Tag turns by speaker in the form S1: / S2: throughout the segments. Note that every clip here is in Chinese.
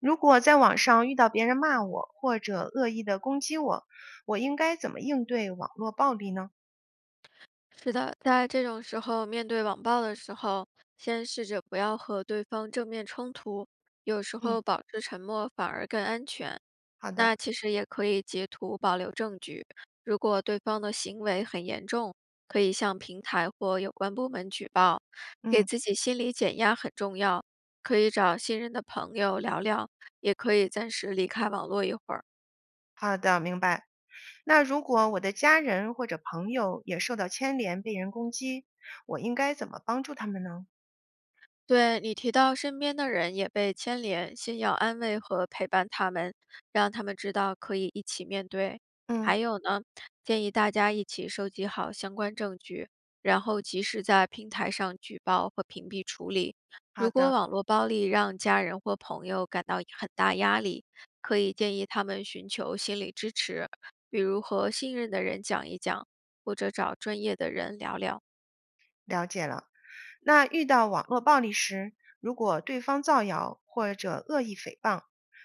S1: 如果在网上遇到别人骂我或者恶意的攻击我，我应该怎么应对网络暴力呢？
S2: 是的，在这种时候，面对网暴的时候，先试着不要和对方正面冲突，有时
S1: 嗯，
S2: 候保持沉默反而更安全。
S1: 好的。
S2: 那其实也可以截图保留证据，如果对方的行为很严重，可以向平台或有关部门举报。给
S1: 嗯。
S2: 自己心理减压很重要，可以找信任的朋友聊聊，也可以暂时离开网络一会儿。
S1: 好的，明白。那如果我的家人或者朋友也受到牵连，被人攻击，我应该怎么帮助他们呢？
S2: 对你提到身边的人也被牵连，先要安慰和陪伴他们，让他们知道可以一起面对。
S1: 嗯，
S2: 还有呢，建议大家一起收集好相关证据，然后及时在平台上举报和屏蔽处理。
S1: 好
S2: 如果
S1: 的。
S2: 网络暴力让家人或朋友感到很大压力，可以建议他们寻求心理支持，比如和信任的人讲一讲，或者找专业的人聊聊。
S1: 了解了。那遇到网络暴力时，如果对方造谣或者恶意诽谤，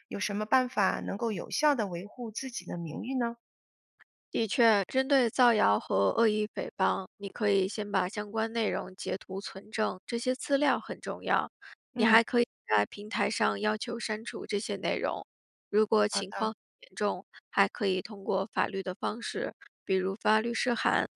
S1: 有什么办法能够有效的维护自己的名誉呢？
S2: 的确，针对造谣和恶意诽谤，你可以先把相关内容截图存证，这些资料很重要。你
S1: 嗯。
S2: 还可以在平台上要求删除这些内容，如果
S1: 好
S2: 情况
S1: 的。
S2: 很严重，还可以通过法律的方式，比如发律师函。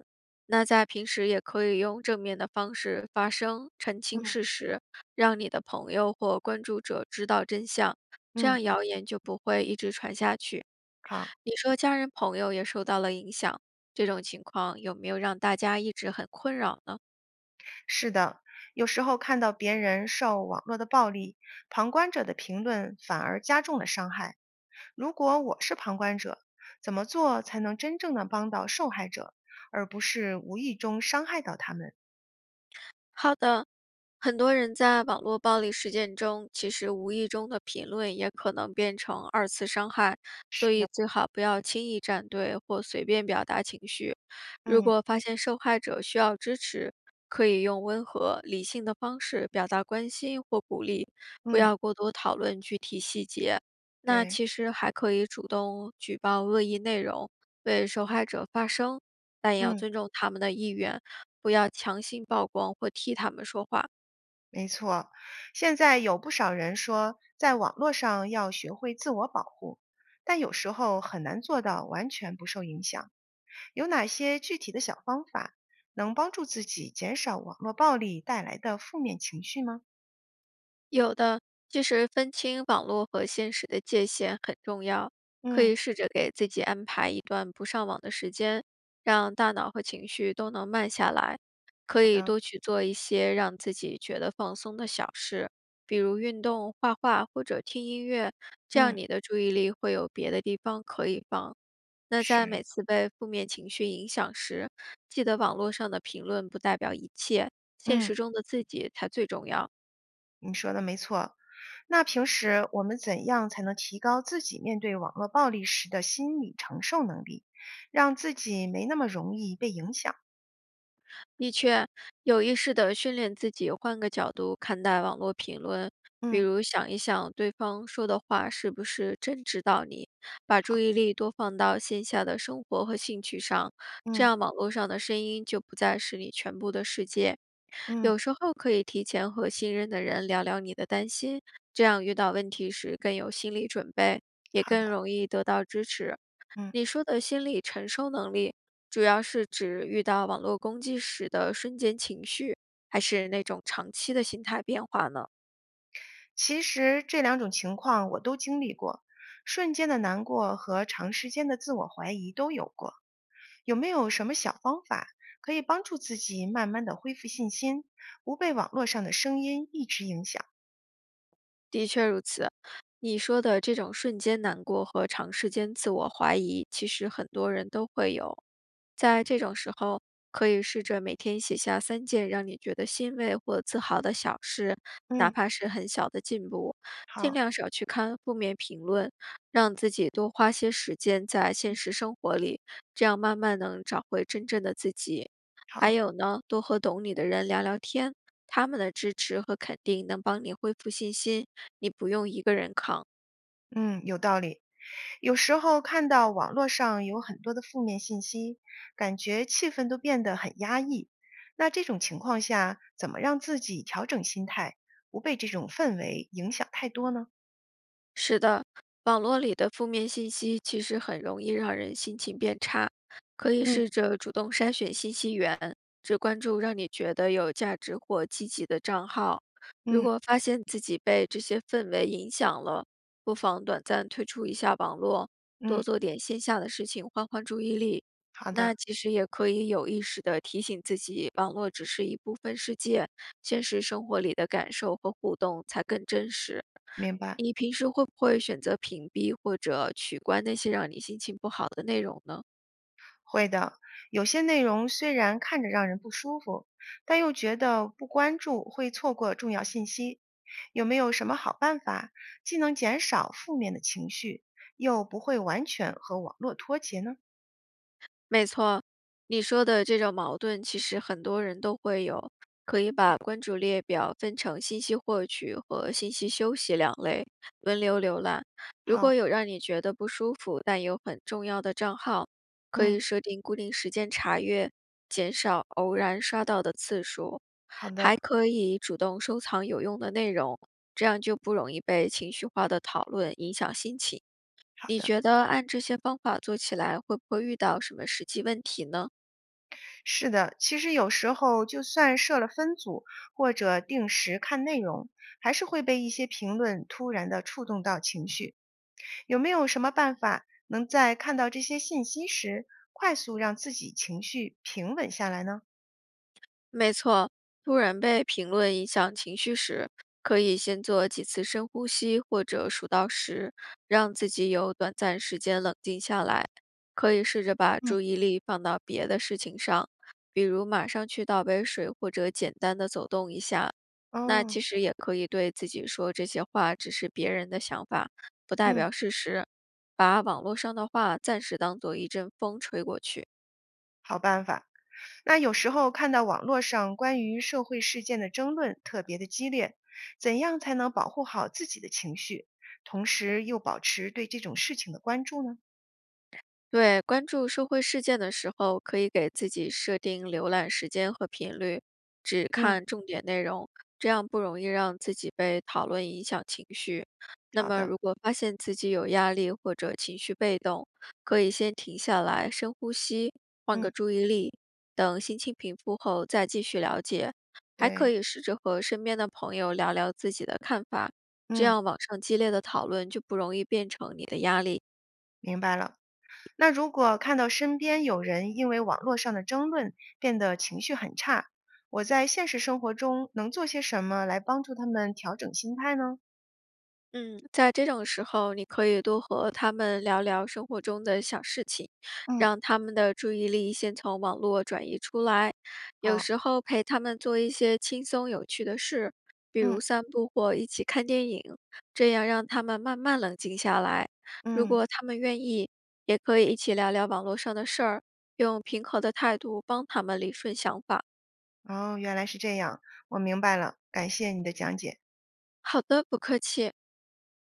S2: 那在平时也可以用正面的方式发声，澄清
S1: 嗯
S2: 事实，让你的朋友或关注者知道真相，这
S1: 嗯。
S2: 样谣言就不会一直传下去。
S1: 好。
S2: 你说家人朋友也受到了影响，这种情况有没有让大家一直很困扰呢？
S1: 是的，有时候看到别人受网络的暴力，旁观者的评论反而加重了伤害。如果我是旁观者，怎么做才能真正的帮到受害者，而不是无意中伤害到他们？
S2: 好的，很多人在网络暴力事件中，其实无意中的评论也可能变成二次伤害，
S1: 是
S2: 所以
S1: 的。
S2: 最好不要轻易站队或随便表达情绪。如
S1: 嗯
S2: 果发现受害者需要支持，可以用温和、理性的方式表达关心或鼓励，不
S1: 嗯。
S2: 要过多讨论具体细节。那
S1: 对。
S2: 其实还可以主动举报恶意内容，为受害者发声，但也要
S1: 嗯。
S2: 尊重他们的意愿。不要强行曝光或替他们说话。
S1: 没错。现在有不少人说，在网络上要学会自我保护，但有时候很难做到完全不受影响。有哪些具体的小方法能帮助自己减少网络暴力带来的负面情绪吗？
S2: 有的，其实分清网络和现实的界限很重要，可
S1: 嗯。
S2: 以试着给自己安排一段不上网的时间，让大脑和情绪都能慢下来。可
S1: 好
S2: 以
S1: 的。
S2: 多去做一些让自己觉得放松的小事，比如运动、画画或者听音乐，这样
S1: 嗯。
S2: 你的注意力会有别的地方可以放。那在
S1: 是。
S2: 每次被负面情绪影响时，记得网络上的评论不代表一切，现实
S1: 嗯，
S2: 中的自己才最重要。
S1: 你说的没错。那平时我们怎样才能提高自己面对网络暴力时的心理承受能力，让自己没那么容易被影响？
S2: 的确，有意识的训练自己换个角度看待网络评论，比
S1: 嗯。
S2: 如想一想对方说的话是不是真知道你，把注
S1: 好。
S2: 意力多放到线下的生活和兴趣上，这
S1: 嗯
S2: 样网络上的声音就不再是你全部的世界。
S1: 嗯。
S2: 有时候可以提前和信任的人聊聊你的担心，这样遇到问题时更有心理准备，也
S1: 好
S2: 更
S1: 的。
S2: 容易得到支持。
S1: 嗯。
S2: 你说的心理承受能力，主要是指遇到网络攻击时的瞬间情绪，还是那种长期的心态变化呢？
S1: 其实这两种情况我都经历过，瞬间的难过和长时间的自我怀疑都有过。有没有什么小方法可以帮助自己慢慢的恢复信心，不被网络上的声音一直影响？
S2: 的确如此，你说的这种瞬间难过和长时间自我怀疑，其实很多人都会有。在这种时候，可以试着每天写下3件让你觉得欣慰或自豪的小事，哪
S1: 嗯。
S2: 怕是很小的进步。尽
S1: 好。
S2: 量少去看负面评论，让自己多花些时间在现实生活里，这样慢慢能找回真正的自己。还
S1: 好。
S2: 有呢，多和懂你的人聊聊天，他们的支持和肯定能帮你恢复信心，你不用一个人扛。
S1: 嗯，有道理。有时候看到网络上有很多的负面信息，感觉气氛都变得很压抑。那这种情况下，怎么让自己调整心态，不被这种氛围影响太多呢？
S2: 是的，网络里的负面信息其实很容易让人心情变差，可以试
S1: 嗯
S2: 着主动筛选信息源，只关注让你觉得有价值或积极的账号。如
S1: 嗯
S2: 果发现自己被这些氛围影响了，不妨短暂退出一下网络，多
S1: 嗯。
S2: 做点线下的事情，换换注意力。
S1: 好
S2: 那
S1: 的。
S2: 其实也可以有意识地提醒自己，网络只是一部分世界，现实生活里的感受和互动才更真实。
S1: 明白。
S2: 你平时会不会选择屏蔽或者取关那些让你心情不好的内容呢？
S1: 会的，有些内容虽然看着让人不舒服，但又觉得不关注会错过重要信息。有没有什么好办法，既能减少负面的情绪，又不会完全和网络脱节呢？
S2: 没错，你说的这种矛盾，其实很多人都会有。可以把关注列表分成信息获取和信息休息两类，轮流浏览。如果
S1: 好。
S2: 有让你觉得不舒服但又很重要的账号，可
S1: 嗯。
S2: 以设定固定时间查阅，减少偶然刷到的次数。
S1: 好
S2: 还
S1: 的。
S2: 可以主动收藏有用的内容，这样就不容易被情绪化的讨论影响心情。
S1: 好
S2: 你
S1: 的。
S2: 觉得按这些方法做起来，会不会遇到什么实际问题呢？
S1: 是的。其实有时候就算设了分组或者定时看内容，还是会被一些评论突然的触动到情绪。有没有什么办法能在看到这些信息时，快速让自己情绪平稳下来呢？
S2: 没错，突然被评论影响情绪时，可以先做几次深呼吸或者数到10，让自己有短暂时间冷静下来。可以试着把
S1: 嗯。
S2: 注意力放到别的事情上，比如马上去倒杯水或者简单的走动一下。那
S1: 哦。
S2: 其实也可以对自己说，这些话只是别人的想法，不代
S1: 嗯。
S2: 表事实。把网络上的话暂时当做一阵风吹过去。
S1: 好办法。那有时候看到网络上关于社会事件的争论特别的激烈，怎样才能保护好自己的情绪，同时又保持对这种事情的关注呢？
S2: 对，关注社会事件的时候，可以给自己设定浏览时间和频率，只
S1: 嗯。
S2: 看重点内容，这样不容易让自己被讨论影响情绪。那
S1: 好
S2: 么，
S1: 的。
S2: 如果发现自己有压力或者情绪被动，可以先停下来，深呼吸，换
S1: 嗯。
S2: 个注意力，等心情平复后再继续了解。还可
S1: 对。
S2: 以试着和身边的朋友聊聊自己的看法，这
S1: 嗯。
S2: 样网上激烈的讨论就不容易变成你的压力。
S1: 明白了。那如果看到身边有人因为网络上的争论变得情绪很差，我在现实生活中能做些什么来帮助他们调整心态呢？
S2: 嗯，在这种时候，你可以多和他们聊聊生活中的小事情，
S1: 嗯。
S2: 让他们的注意力先从网络转移出来。有
S1: 好。
S2: 时候陪他们做一些轻松有趣的事，比
S1: 嗯
S2: 如散步或一起看电影，这样让他们慢慢冷静下来。如
S1: 嗯。
S2: 果他们愿意，也可以一起聊聊网络上的事儿，用平和的态度帮他们理顺想法。
S1: 哦，原来是这样，我明白了，感谢你的讲解。
S2: 好的，不客气。